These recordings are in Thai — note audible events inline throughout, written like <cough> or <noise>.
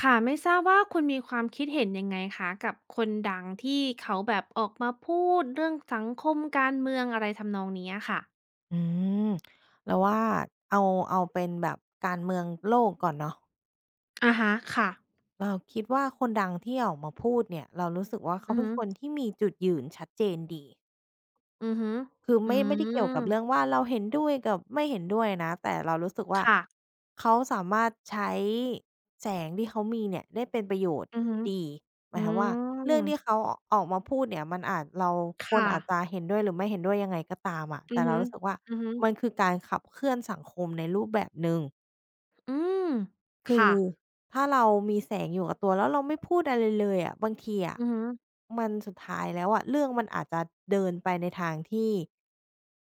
ค่ะไม่ทราบว่าคุณมีความคิดเห็นยังไงคะกับคนดังที่เขาแบบออกมาพูดเรื่องสังคมการเมืองอะไรทำนองนี้อะค่ะอืมเราวว่าเอาเอาเป็นแบบการเมืองโลกก่อนเนาะอะฮะค่ะเราคิดว่าคนดังที่ออกมาพูดเนี่ยเรารู้สึกว่าเขาอือเป็นฮึคนที่มีจุดยืนชัดเจนดี อือฮึคืออืไม่ได้เกี่ยวกัมบเรื่องว่าเราเห็นด้วยกับไม่เห็นด้วยนะแต่เรารู้สึกว่าค่ะเขาสามารถใช้แสงที่เขามีเนี่ยได้เป็นประโยชน์อือฮึดีหอืมายความว่าเรื่องมที่เขาอออกมาพูดเนี่ยมันอาจเราคนค่ะอาจจะเห็นด้วยหรือไม่เห็นด้วยยังไงก็ตามอะอืแต่อเราฮึรู้สึกว่าอือฮึมันคือการขับเคลื่อนสังคมในรูปแบบหนึ่ง อืมคือค่ะถ้าเรามีแสงอยู่กับตัวแล้วเราไม่พูดอะไรเลยอะบางทีอะอือฮึมันสุดท้ายแล้วอะเรื่องมันอาจจะเดินไปในทางที่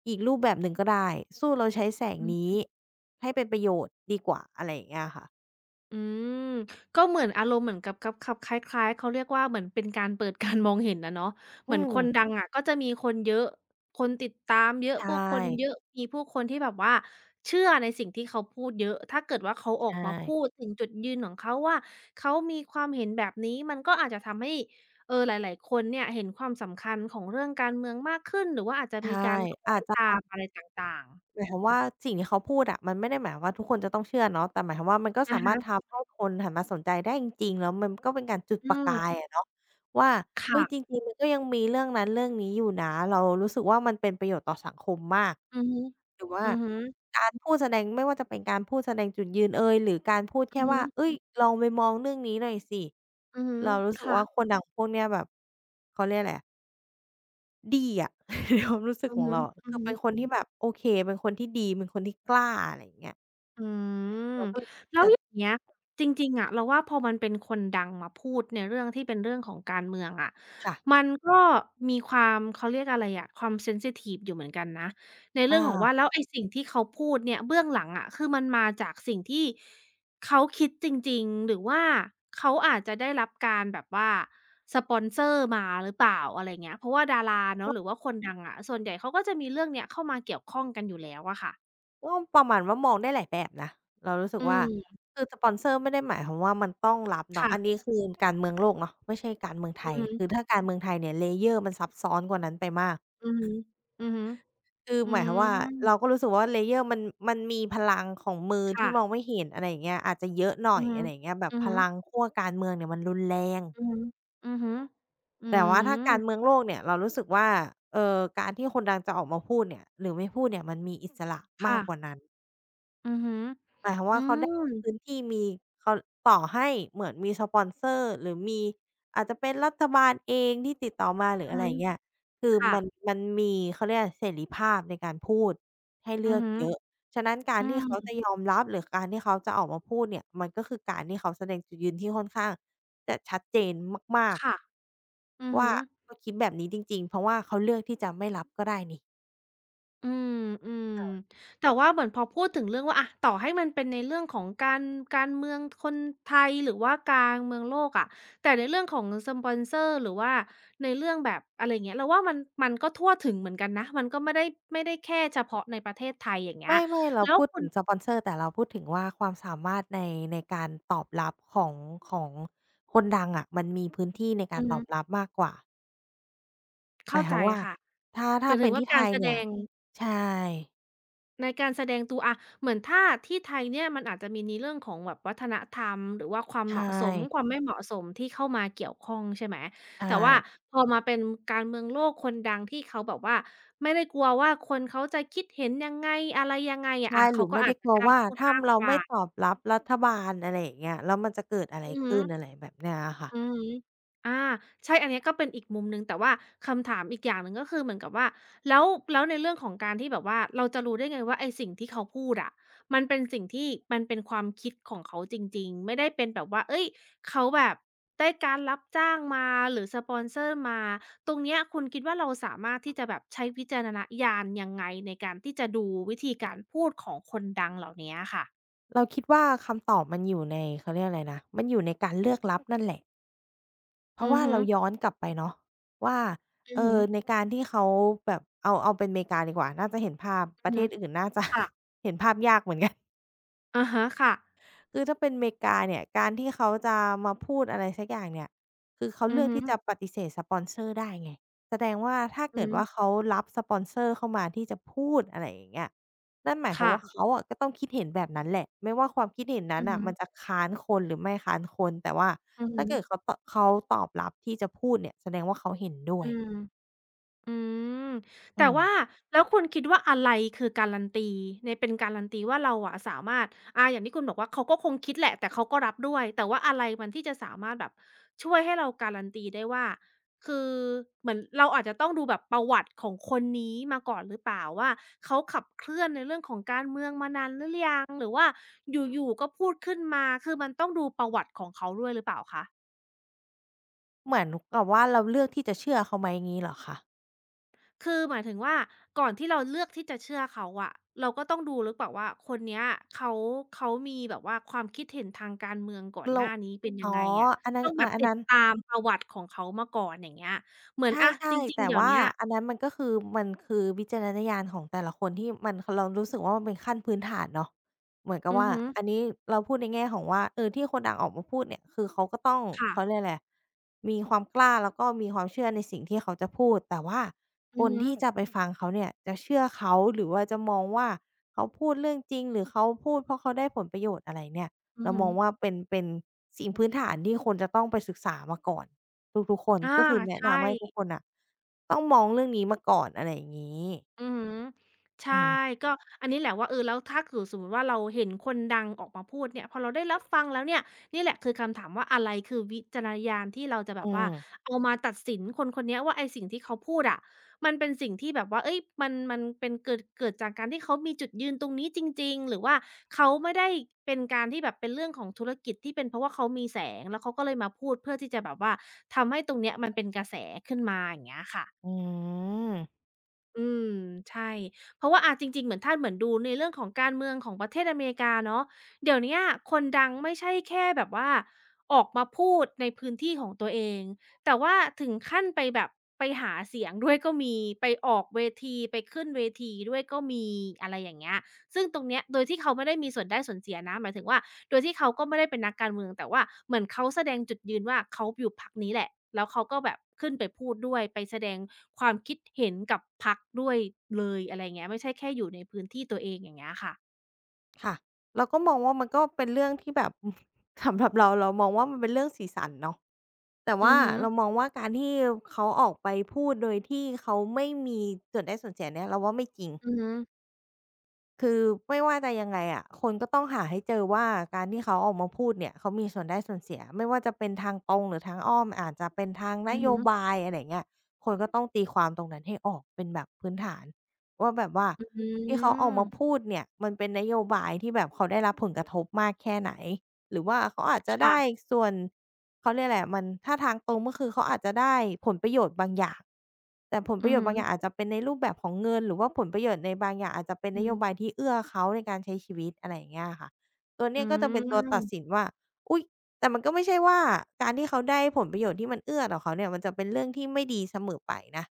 อีกรูปแบบหนึ่งก็ได้สู้เราใช้แสงอือ นี้ให้เป็นประโยชน์ดีกว่าอะไรอย่างเงี้ยค่ะอืมก็เหมือนอารมณ์เหมือนกับคับคล้ายๆเขาเรียกว่าเหมือนเป็นการเปิดการมองเห็นอะเนาะเหอืมือนมคนดังอะก็จะมีคนเยอะคนติดตามเยอะใช่ผู้คนเยอะมีผู้คนที่แบบว่าเชื่อในสิ่งที่เขาพูดเยอะถ้าเกิดว่าเขาออกใช่มาพูดถึงจุดยืนของเขาว่าเขามีความเห็นแบบนี้มันก็อาจจะทำให้เออหลายๆคนเนี่ยเห็นความสำคัญของเรื่องการเมืองมากขึ้นหรือว่าอาจจะมีใช่การคล้ออาจยจะ ตามอะไรต่างๆหมายความว่าสิ่งที่เขาพูดอะมันไม่ได้หมายความว่าทุกคนจะต้องเชื่อเนาะแต่หมายความว่ามันก็สาอะมารถฮะทำให้คนหันมาสนใจได้จริงๆแล้วมันก็เป็นการจุดอืประกายมอะเนาะว่าเฮ้ยค่ะจริงๆมันก็ยังมีเรื่องนั้นเรื่องนี้อยู่นะเรารู้สึกว่ามันเป็นประโยชน์ต่อสังคมมากอือฮึหรือว่าอือฮึการพูดแสดงไม่ว่าจะเป็นการพูดแสดงจุดยืนเอยหรือการพูดแค่อือว่าฮึ เฮ้ยลองไปมองเรื่องนี้หน่อยสิอือฮึเรารู้สึกค่ะว่าคนดังพวกเนี้ยแบบเขาเรียกอะไรอะ ดีอะ <laughs> ในความรู้สึกอือของฮึเราอะอือคือฮึ เป็นคนที่แบบโอเคเป็นคนที่ดีเป็นคนที่กล้าอะไรอย่างเงี้ยอืมเราก็เลยแล้วจะอย่างเงี้ยจริงๆอะเราว่าพอมันเป็นคนดังมาพูดในเรื่องที่เป็นเรื่องของการเมืองอะค่ะมันก็มีความเขาเรียกอะไรอะความเซนซิทิฟอยู่เหมือนกันนะในเรื่องของว่าอาแล้วไอ้สิ่งที่เขาพูดเนี่ยเบื้องหลังอะคือมันมาจากสิ่งที่เขาคิดจริงๆหรือว่าเขาอาจจะได้รับการแบบว่าสปอนเซอร์มาหรือเปล่าอะไรเงี้ยเพราะว่าดาราเนาะหรือว่าคนดังอะส่วนใหญ่เขาก็จะมีเรื่องเนี้ยเข้ามาเกี่ยวข้องกันอยู่แล้วอะค่ะก็ประมาณว่ามองได้หลายแบบนะเรารู้สึกอืว่ามคือสปอนเซอร์ไม่ได้หมายความว่ามันต้องรับเนาะอันนี้ค่ะคือการเมืองโลกเนาะไม่ใช่การเมืองไทอือยฮึ คือถ้าการเมืองไทยเนี่ย layer มันซับซ้อนกว่านั้นไปมากอือฮึอือฮึคืออืหมายความว่ามเราก็รู้สึกว่า layer มันมีพลังของมือที่มองค่ะไม่เห็นอะไรอย่างเงี้ยอาจจะเยอะหน่อือยอฮึอะไรอย่างเงี้ยแบบอือพฮึลังขั้วการเมืองเนี่ยมันรุนแรง อือฮึอือฮึอืแต่ว่าถ้าการเมืมองโลกเนี่ยเรารู้สึกว่าการที่คนดังจะออกมาพูดเนี่ยหรือไม่พูดเนี่ยมันมีอิสระมากค่ะกว่านั้น อือฮึหมายความอืว่าเขาได้มพื้นที่มีเขาต่อให้เหมือนมีสปอนเซอร์หรือมีอาจจะเป็นรัฐบาลเองที่ติดต่อมาหรืออืออะไรอฮึย่างเงี้ยคือค่ะมันมีเขาเรียกอะไรเสรีภาพในการพูดให้เลือืออกฮึเยอะฉะนั้นการอืที่เขาจะยมอมรับหรือการที่เขาจะออกมาพูดเนี่ยมันก็คือการที่เขาแสดงจุดยืนที่ค่อนข้างจะชัดเจนมากค่ะอือๆว่าฮึ เขาคิดแบบนี้จริงๆเพราะว่าเขาเลือกที่จะไม่รับก็ได้นี่ อืมอืมแต่ว่าเหมือนพอพูดถึงเรื่องว่าอะต่อให้มันเป็นในเรื่องของการเมืองคนไทยหรือว่าการเมืองโลกอะแต่ในเรื่องของสปอนเซอร์หรือว่าในเรื่องแบบอะไรอย่างเงี้ยเราว่ามันก็ทั่วถึงเหมือนกันนะมันก็ไม่ได้แค่เฉพาะในประเทศไทยอย่างเงี้ยไม่เราแล้วพูดคุถึณงสปอนเซอร์แต่เราพูดถึงว่าความสามารถในในการตอบรับของคนดังอะมันมีพื้นที่ในกาอืรอตฮึอบรับมากกว่าหมาเข้ายคใจวามว่าค่ะถ้าหถ้ามายถึเป็งนว่าที่ไทการยแสดเนี่ยง ใช่ในการแสดงตัวอะเหมือนถ้าที่ไทยเนี่ยมันอาจจะมีในเรื่องของแบบวัฒนธรรมหรือว่าความใช่เหมาะสมความไม่เหมาะสมที่เข้ามาเกี่ยวข้องใช่ไหมใชแต่ว่า่พอมาเป็นการเมืองโลกคนดังที่เขาแบบว่าไม่ได้กลัวว่าคนเขาจะคิดเห็นยังไงอะไรยังไงอะใช่อะหเขารือก็ไม่อาได้จกจะลัวกล้าว่าพูดถ้ามากเรากว่าไม่ตอบรับรัฐบาลอะไรอย่างเงี้ยแล้วมันจะเกิดอะไรอือฮึ ขึ้นอะไรแบบเนี้ยอะค่ะอือฮึอาใช่อันเนี้ยก็เป็นอีกมุมหนึ่งแต่ว่าคำถามอีกอย่างหนึ่งก็คือเหมือนกับว่าแล้วแล้วในเรื่องของการที่แบบว่าเราจะรู้ได้ไงว่าไอ้สิ่งที่เขาพูดอะมันเป็นสิ่งที่มันเป็นความคิดของเขาจริงๆไม่ได้เป็นแบบว่าเฮ้ยเขาแบบได้การรับจ้างมาหรือสปอนเซอร์มาตรงเนี้ยคุณคิดว่าเราสามารถที่จะแบบใช้วิจารณญาณยังไงในการที่จะดูวิธีการพูดของคนดังเหล่าเนี้ยค่ะเราคิดว่าคำตอบมันอยู่ในเขาเรียกอะไรนะมันอยู่ในการเลือกรับนั่นแหละ เพราะอือว่าฮึเราย้อนกลับไปเนาะว่าอืเออฮึอในการที่เขาแบบเอาเป็นอเมริกาดีกว่าน่าจะเห็นภาพปอือระเทฮึศอื่นน่าจะ ค่ะ <laughs> เห็นภาพยากเหมือนกัน อะฮะค่ะคือถ้าเป็นอเมริกาเนี่ยการที่เขาจะมาพูดอะไรสักอย่างเนี่ยคือเขาอืเลืออกฮึที่จะปฏิเสธสปอนเซอร์ได้ไงแสดงว่าถ้าอือเกิดว่าฮึ เขารับสปอนเซอร์เข้ามาที่จะพูดอะไรอย่างเงี้ยนั่นหมายความค่ะว่าเขาอะก็ต้องคิดเห็นแบบนั้นแหละไม่ว่าความคิดเห็นนั้อืนอน่ะฮึมันจะค้านคนหรือไม่ค้านคนแต่ว่าอือฮึถ้าเกิดเขาตอบรับที่จะพูดเนี่ยแสดงว่าเขาเห็นด้วยอืมอืมอืแต่มว่าแล้วคุณคิดว่าอะไรคือการันตีในเป็นการันตีว่าเราอะสามารถอาอย่างที่คุณบอกว่าเขาก็คงคิดแหละแต่เขาก็รับด้วยแต่ว่าอะไรมันที่จะสามารถแบบช่วยให้เราการันตีได้ว่าคือเหมือนเราอาจจะต้องดูแบบประวัติของคนนี้มาก่อนหรือเปล่าว่าเขาขับเคลื่อนในเรื่องของการเมืองมานานหรือยังหรือว่าอยู่ๆก็พูดขึ้นมาคือมันต้องดูประวัติของเขาด้วยหรือเปล่าคะ เหมือนกับว่าเราเลือกที่จะเชื่อเขาไหมงี้เหรอคะคือหมายถึงว่าก่อนที่เราเลือกที่จะเชื่อเขาอะเราก็ต้องดูหรือเปล่าว่าคนเนี้ยเขาเขามีแบบว่าความคิดเห็นทางการเมืองก่อนหเราน้านี้เป็นยังอ๋อไงอะอันนั้นต้องแบอาบอันติดนั้น ตามประวัติของเขามาก่อนอย่างเงี้ยเหมือใชนอะจ่ๆริงแต่ๆเดี๋ยวว่าเนี้ยอันนั้นมันก็คือมันคือวิจารณญาณของแต่ละคนที่มันคเรารู้สึกว่ามันเป็นขั้นพื้นฐานเนาะเหมือนกับอือว่าฮึอันนี้เราพูดในแง่ของว่าเออที่คนดังออกมาพูดเนี่ยคือเขาก็ต้องเขาเรีค่ะยกอะไรอะมีความกล้าแล้วก็มีความเชื่อในสิ่งที่เขาจะพูดแต่ว่าคอือนฮึที่จะไปฟังเขาเนี่ยจะเชื่อเขาหรือว่าจะมองว่าเขาพูดเรื่องจริงหรือเขาพูดเพราะเขาได้ผลประโยชน์อะไรเนี่ยอือเราฮึมองว่าเป็นสิ่งพื้นฐานที่คนจะต้องไปศึกษามาก่อน ทุกๆคนอาก็คือแนะใช่ นำให้ทุกคนน่ะต้องมองเรื่องนี้มาก่อนอะไรอย่างงี้อือฮึใชอืม่ก็อันนี้แหละว่าเออแล้วถ้าเกิดสมมุติว่าเราเห็นคนดังออกมาพูดเนี่ยพอเราได้รับฟังแล้วเนี่ยนี่แหละคือคำถามว่าอะไรคือวิจารณญาณที่เราจะแบอืบว่ามเอามาตัดสินคนคนเนี้ยว่าไอ้สิ่งที่เขาพูดอะมันเป็นสิ่งที่แบบว่าเฮ้ยมันเป็นเกิดจากการที่เขามีจุดยืนตรงนี้จริงๆหรือว่าเขาไม่ได้เป็นการที่แบบเป็นเรื่องของธุรกิจที่เป็นเพราะว่าเขามีแสงแล้วเขาก็เลยมาพูดเพื่อที่จะแบบว่าทำให้ตรงเนี้ยมันเป็นกระแสขึ้นมาอย่างเงี้ยค่ะ อืมอืมใช่เพราะว่าอาจริงๆเหมือนถ้าเหมือนดูในเรื่องของการเมืองของประเทศอเมริกาเนาะเดี๋ยวเนี้ยคนดังไม่ใช่แค่แบบว่าออกมาพูดในพื้นที่ของตัวเองแต่ว่าถึงขั้นไปแบบไปหาเสียงด้วยก็มีไปออกเวทีไปขึ้นเวทีด้วยก็มีอะไรอย่างเงี้ย ซึ่งตรงเนี้ยโดยที่เขาไม่ได้มีส่วนได้ส่วนเสียนะหมายถึงว่าโดยที่เขาก็ไม่ได้เป็นนักการเมืองแต่ว่าเหมือนเขาแสดงจุดยืนว่าเขาอยู่พรรคนี้แหละแล้วเขาก็แบบขึ้นไปพูดด้วยไปแสดงความคิดเห็นกับพรรคด้วยเลยอะไรอย่างเงี้ยไม่ใช่แค่อยู่ในพื้นที่ตัวเองอย่างเงี้ยค่ะค่ะเราก็มองว่ามันก็เป็นเรื่องที่แบบ <laughs> สำหรับเราเรามองว่ามันเป็นเรื่องสีสันเนาะแต่อืว่าอฮึเรามองว่าการที่เขาออกไปพูดโดยที่เขาไม่มีส่วนได้ส่วนเสียเนี่ยเราว่าไม่จริง อือฮึคือไม่ว่าจะยังไงอะคนก็ต้องหาให้เจอว่าการที่เขาออกมาพูดเนี่ยเขามีส่วนได้ส่วนเสียไม่ว่าจะเป็นทางตรงหรือทางอ้อมอาจจะเป็นทางนอือโยฮึบายอะไรยเงี้ยคนก็ต้องตีความตรงนั้นให้ออกเป็นแบบพื้นฐานว่าแบบว่าอืที่เขาออกมามพูดเนี่ยมันเป็นนโยบายที่แบบเขาได้รับผลกระทบมากแค่ไหนหรือว่าเขาอาจจะได้ค่ะส่วน เขาเรียกอะไรอะมันถ้าทางตรงก็คือเขาอาจจะได้ผลประโยชน์บางอย่างแต่ผลปอืระอโยชฮึน์บางอย่างอาจจะเป็นในรูปแบบของเงินหรือว่าผลประโยชน์ในบางอย่างอาจจะเป็นนอืโยบายมที่เอื้อเขาในการใช้ชีวิตอะไรอย่างเงี้ยอะค่ะตัวอืเนี้ยก็จะเป็นตัวตัดสินมว่าอุ๊ยแต่มันก็ไม่ใช่ว่าการที่เขาได้ผลประโยชน์ที่มันเอื้อต่อเขาเนี่ยมันจะเป็นเรื่องที่ไม่ดีเสมอไปนะ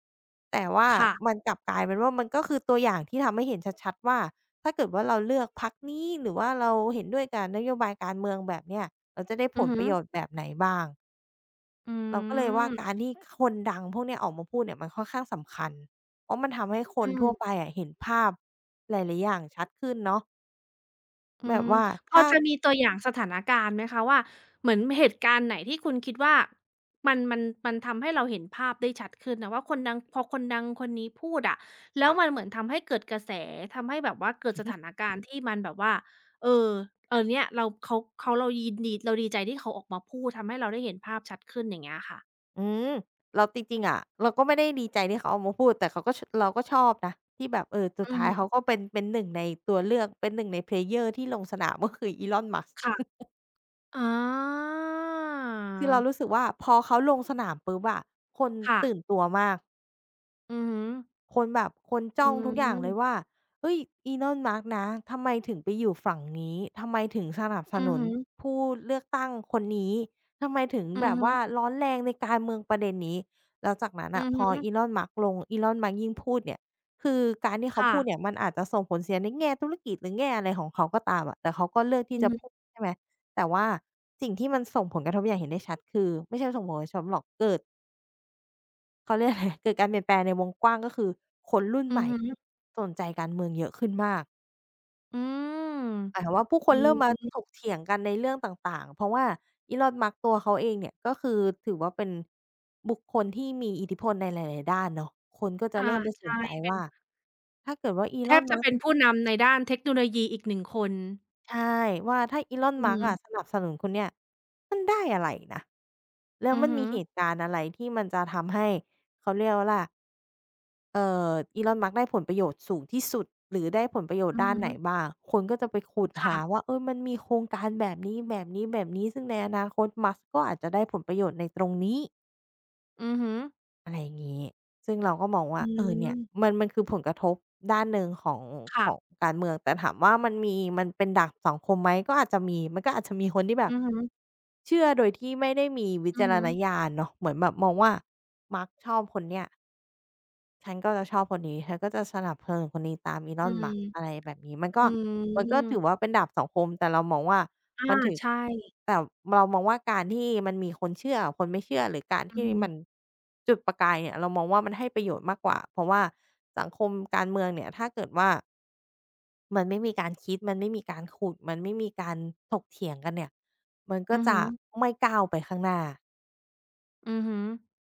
แต่ว่ามัค่ะนกลับกลายเป็นว่ามันก็คือตัวอย่างที่ทำให้เห็นชัดๆว่าถ้าเกิดว่าเราเลือกพรรคนี้หรือว่าเราเห็นด้วยกับนโยบายการเมืองแบบเนี้ย เราจะได้ผอือลฮึประโยชน์แบบไหนบ้างอืเราก็เลยว่าการมที่คนดังพวกเนี้ยออกมาพูดเนี่ยมันค่อนข้างสำคัญเพราะมันทำให้คอืนทั่วไปม อะเห็นภาพหลายๆอย่างชัดขึ้นเนาะอืแบบมว่าพอถ้าจะมีตัวอย่างสถานการณ์ไหมคะว่าเหมือนเหตุการณ์ไหนที่คุณคิดว่ามันทำให้เราเห็นภาพได้ชัดขึ้นนะว่าคนดังพอคนดังคนนี้พูดอะแล้วมันเหมือนทำให้เกิดกระแสทำให้แบบว่าเกิดสถานการณ์ที่มันแบบว่าเออเออเนี่ยเราเขาเรายินดีเราดีใจที่เขาออกมาพูดทำให้เราได้เห็นภาพชัดขึ้นอย่างเงี้ยค่ะอืมเราจริงๆอะเราก็ไม่ได้ดีใจที่เขาออกมาพูดแต่เราก็ชอบนะที่แบบเออสุอืดอท้ายฮึเขาก็เป็นหนึ่งในตัวเลือกเป็นหนึ่งใน player ที่ลงสนามก็คือ Elon Musk ค่ะอ๋อคือเรารู้สึกว่าพอเขาลงสนามปุ๊บอะคนค่ะตื่นตัวมาก อือฮึคนแบบคนอืจ้องทุกอย่างเลยว่ามเอ้ยอีลอนม Musk นะทำไมถึงไปอยู่ฝั่งนี้ทำไมถึงสนับสอือนุนฮึผู้เลือกตั้งคนนี้ทำไมถึงอืแบอบฮึว่าร้อนแรงในการเมืองประเด็นนี้แล้วจากนั้นอืน่ะอพฮึออีลอนม Musk ลงอีลอนม m u s กยิ่งพูดเนี่ยคือการที่เขาค่ะ พูดเนี่ยมันอาจจะส่งผลเสียในแง่ธุรกิจหรือแง่อะไรของเขาก็ตามอะแต่เขาก็เลือกที่อือจะฮึพูดใช่ไหมแต่ว่าสิ่งที่มันส่งผลกระทบอย่างเห็นได้ชัดคือไม่ใช่ส่งผลกระทบหรอกเกิด เขาเรียกอะไร <laughs> เกิดการเปลี่ยนแปลงในวงกว้างก็คือคนรุ่นอืใหอม่ฮึสนใจการเมืองเยอะขึ้นมากอืมหมายความว่าผู้คอืนเริ่มมาถมกเถียงกันในเรื่องต่างๆเพราะว่า Elon Musk ตัวเขาเองเนี่ยก็คือถือว่าเป็นบุคคลที่มีอิทธิพลในหลายๆด้านเนาะคนก็จะอาเริ่มไปสนใช่ใจว่าถ้าเกิดว่า แทบ Elon จะ Musk เป็นผู้นำในด้านเทคโนโลยีอีกหนึ่งคนใช่ว่าถ้า Elon อื Musk อะสมนับสนุนคุณเนี่ยมันได้อะไรนะแล้วอือมันฮึมีเหตุการณ์อะไรที่มันจะทำให้เขาเรียกว่าล่ะเอ่อ Elon Musk ได้ผลประโยชน์สูงที่สุดหรือได้ผลประโยชอืน์อด้านไหนฮึบ้างคนก็จะไปขุดหาค่ะว่าเออมันมีโครงการแบบนี้ๆๆซึ่งในอนาคต Musk ก็อาจจะได้ผลประโยชน์ในตรงนี้ อือฮึซึ่งเราก็มองว่าอืเออเนี่ยมมันคือผลกระทบด้านหนึ่งของขค่ะองการเมืองแต่ถามว่ามันมีมันเป็นดาบสองคมไหมก็อาจจะมีมันก็อาจจะมีคนที่แบอืบอฮึเชื่อโดยที่ไม่ได้มีวิอือจารฮึณญาณเนาะเหมือนแบบมองว่า "Mark ชอบคนเนี้ย ฉันก็จะชอบคนนี้ฉันก็จะสนับสนุนคนนี้ตาม อื Elon ม Musk อะไรแบบนี้มันก็อืมันก็มถือว่าเป็นดาบสองคมแต่เรามองว่าอามันถือใช่แต่เรามองว่าการที่มันมีคนเชื่อกับคนไม่เชื่อหรือการอือที่ฮึมันจุดประกายเนี่ยเรามองว่ามันให้ประโยชน์มากกว่าเพราะว่าสังคมการเมืองเนี่ยถ้าเกิดว่ามันไม่มีการคิดมันไม่มีการขุดมันไม่มีการถกเถียงกันเนี่ยมันก็อือจะฮึไม่ก้าวไปข้างหน้า อือฮึ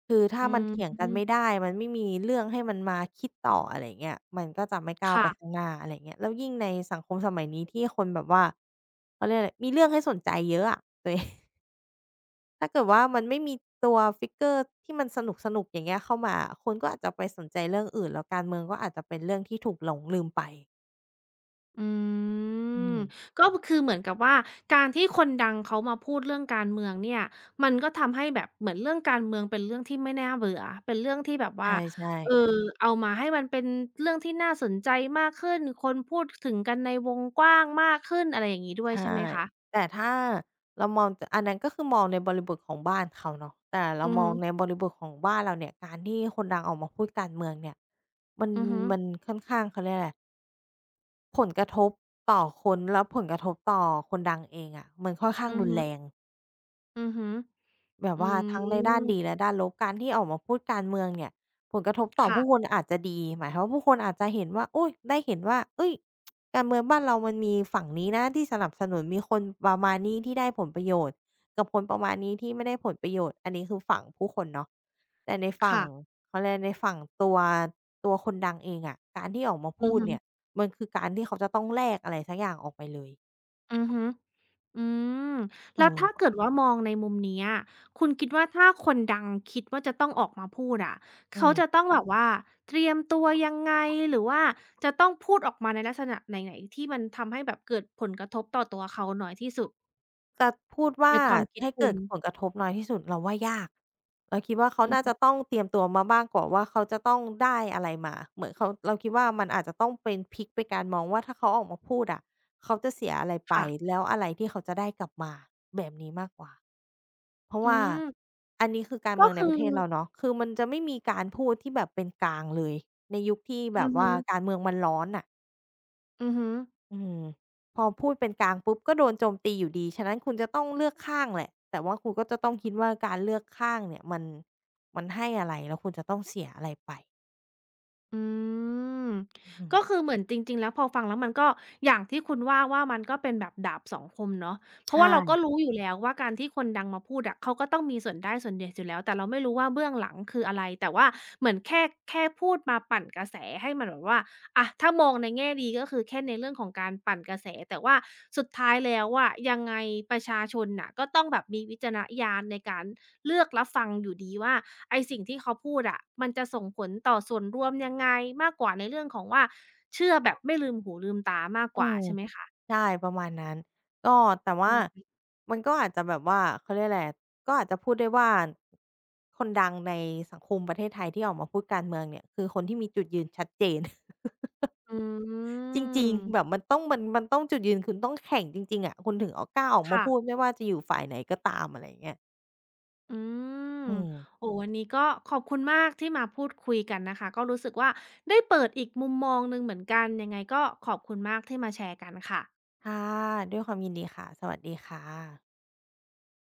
คือถ้าอืมันมเถียงกันไม่ได้มันไม่มีเรื่องให้มันมาคิดต่ออะไรเงี้ยมันก็จะไม่ก้าวไปค่ะ ข้างหน้าอะไรเงี้ยแล้วยิ่งในสังคมสมัยนี้ที่คนแบบว่าเขาเรียกอะไรมีเรื่องให้สนใจเยอะอะตัวเอง <laughs> ถ้าเกิดว่ามันไม่มีตัวฟิกเกอร์ที่มันสนุกๆอย่างเงี้ยเข้ามาคนก็อาจจะไปสนใจเรื่องอื่นแล้วการเมืองก็อาจจะเป็นเรื่องที่ถูกหลงลืมไปอือืมมก็คือเหมือนกับว่าการที่คนดังเขามาพูดเรื่องการเมืองเนี่ยมันก็ทำให้แบบเหมือนเรื่องการเมืองเป็นเรื่องที่ไม่น่าเบื่อเป็นเรื่องที่แบบใว่าช่เอๆ อเอามาให้มันเป็นเรื่องที่น่าสนใจมากขึ้นคนพูดถึงกันในวงกว้างมากขึ้นอะไรอย่างงี้ด้วยใช่ใช่ไหมคะแต่ถ้าเรามองจอันนั้นก็คือมองในบริบทของบ้านเขาเนาะแต่เราอือมอฮึงในบริบทของบ้านเราเนี่ยการที่คนดังออกมาพูดการเมืองเนี่ยมันอือฮึมันค่อนข้างเขาเรียกอะไรผลกระทบต่อคนแล้วผลกระทบต่อคนดังเองอะมันค่อนข้างอือรุนฮึแรง อือฮึแบบอืว่าทั้งในด้านมดีและด้านลบการที่ออกมาพูดการเมืองเนี่ยผลกระทบต่อผู้คค่ะนอาจจะดีหมายความว่าผู้คนอาจจะเห็นว่าอุ๊ยได้เห็นว่าเฮ้ยการเมืองบ้านเรามันมีฝั่งนี้นะที่สนับสนุนมีคนประมาณนี้ที่ได้ผลประโยชน์กับคนประมาณนี้ที่ไม่ได้ผลประโยชน์อันนี้คือฝั่งผู้คนเนาะแต่ในฝั่งค่ะเขาเรียกอะไรในฝั่งตัวคนดังเองอะการที่ออกมาอืพูอดฮึเนี่ยมันคือการที่เขาจะต้องแลกอะไรสักอย่างออกไปเลยอือฮึ อืมเอแล้วถ้าอเกิดว่ามองในมุมเนี้ยคุณคิดว่าถ้าคนดังคิดว่าจะต้องออกมาพูดอะอืเขาจะม ต้องแบบว่าเตรียมตัวยังไงหรือว่าจะต้องพูดออกมาในลักษณะไหนๆที่มันทำให้แบบเกิดผลกระทบต่อตัวเขาน้อยที่สุดจะพูดในว่าความคิดให้คุเกิดณผลกระทบน้อยที่สุดเราว่ายากเราคิดว่าเขาอืน่าจะมต้องเตรียมตัวมาบ้างกว่าว่าเขาจะต้องได้อะไรมาเหมือนเขาเราคิดว่ามันอาจจะต้องเป็นพลิกไปการมองว่าถ้าเขาออกมาพูดอะเขาจะเสียอะไรไปค่ะแล้วอะไรที่เขาจะได้กลับมาแบบนี้มากกว่าเพราะอืว่ามอันนี้คือการก็เมืองในคืประอเทศเราเนาะคือมันจะไม่มีการพูดที่แบบเป็นกลางเลยในยุคที่แบอืบอฮึว่าการเมืองมันร้อนน่ะ อือฮึ อืมพอพูดเป็นกลางปุ๊บก็โดนโจมตีอยู่ดี ฉะนั้นคุณจะต้องเลือกข้างแหละแต่ว่าคุณก็จะต้องคิดว่าการเลือกข้างเนี่ยมันให้อะไรแล้วคุณจะต้องเสียอะไรไปอืมอืมก็คือเหมือนจริงๆแล้วพอฟังแล้วมันก็อย่างที่คุณว่าว่ามันก็เป็นแบบดาบสองคมเนาะเพราะใช่ว่าเราก็รู้อยู่แล้วว่าการที่คนดังมาพูดอะเขาก็ต้องมีส่วนได้ส่วนเสียอยู่แล้วแต่เราไม่รู้ว่าเบื้องหลังคืออะไรแต่ว่าเหมือนแค่พูดมาปั่นกระแสให้มันแบบว่า อะถ้ามองในแง่ดีก็คือแค่ในเรื่องของการปั่นกระแสแต่ว่าสุดท้ายแล้วอะยังไงประชาชนน่ะก็ต้องแบบมีวิจารณญาณในการเลือกรับฟังอยู่ดีว่าไอ้สิ่งที่เขาพูดอะมันจะส่งผลต่อส่วนรวมยังไงมากกว่าในเรื่องของว่าเชื่อแบบไม่ลืมหูลืมตามากอืกว่ามใช่ไหมคะใช่ประมาณนั้นก็แต่อืว่ามมันก็อาจจะแบบว่าเขาเรียกอะไรก็อาจจะพูดได้ว่าคนดังในสังคมประเทศไทยที่ออกมาพูดการเมืองเนี่ยคือคนที่มีจุดยืนชัดเจน อืจริงๆแบบมมันต้องจุดยืนคุณต้องแข่งจริงๆอะคุณถึงเอากล้าออกมาค่ะ พูดไม่ว่าจะอยู่ฝ่ายไหนก็ตามอะไรอย่างเงี้ยอืมอืมโอ้วันนี้ก็ขอบคุณมากที่มาพูดคุยกันนะคะก็รู้สึกว่าได้เปิดอีกมุมมองหนึ่งเหมือนกันยังไงก็ขอบคุณมากที่มาแชร์กันค่ะค่ะด้วยความยินดีค่ะสวัสดีค่ะ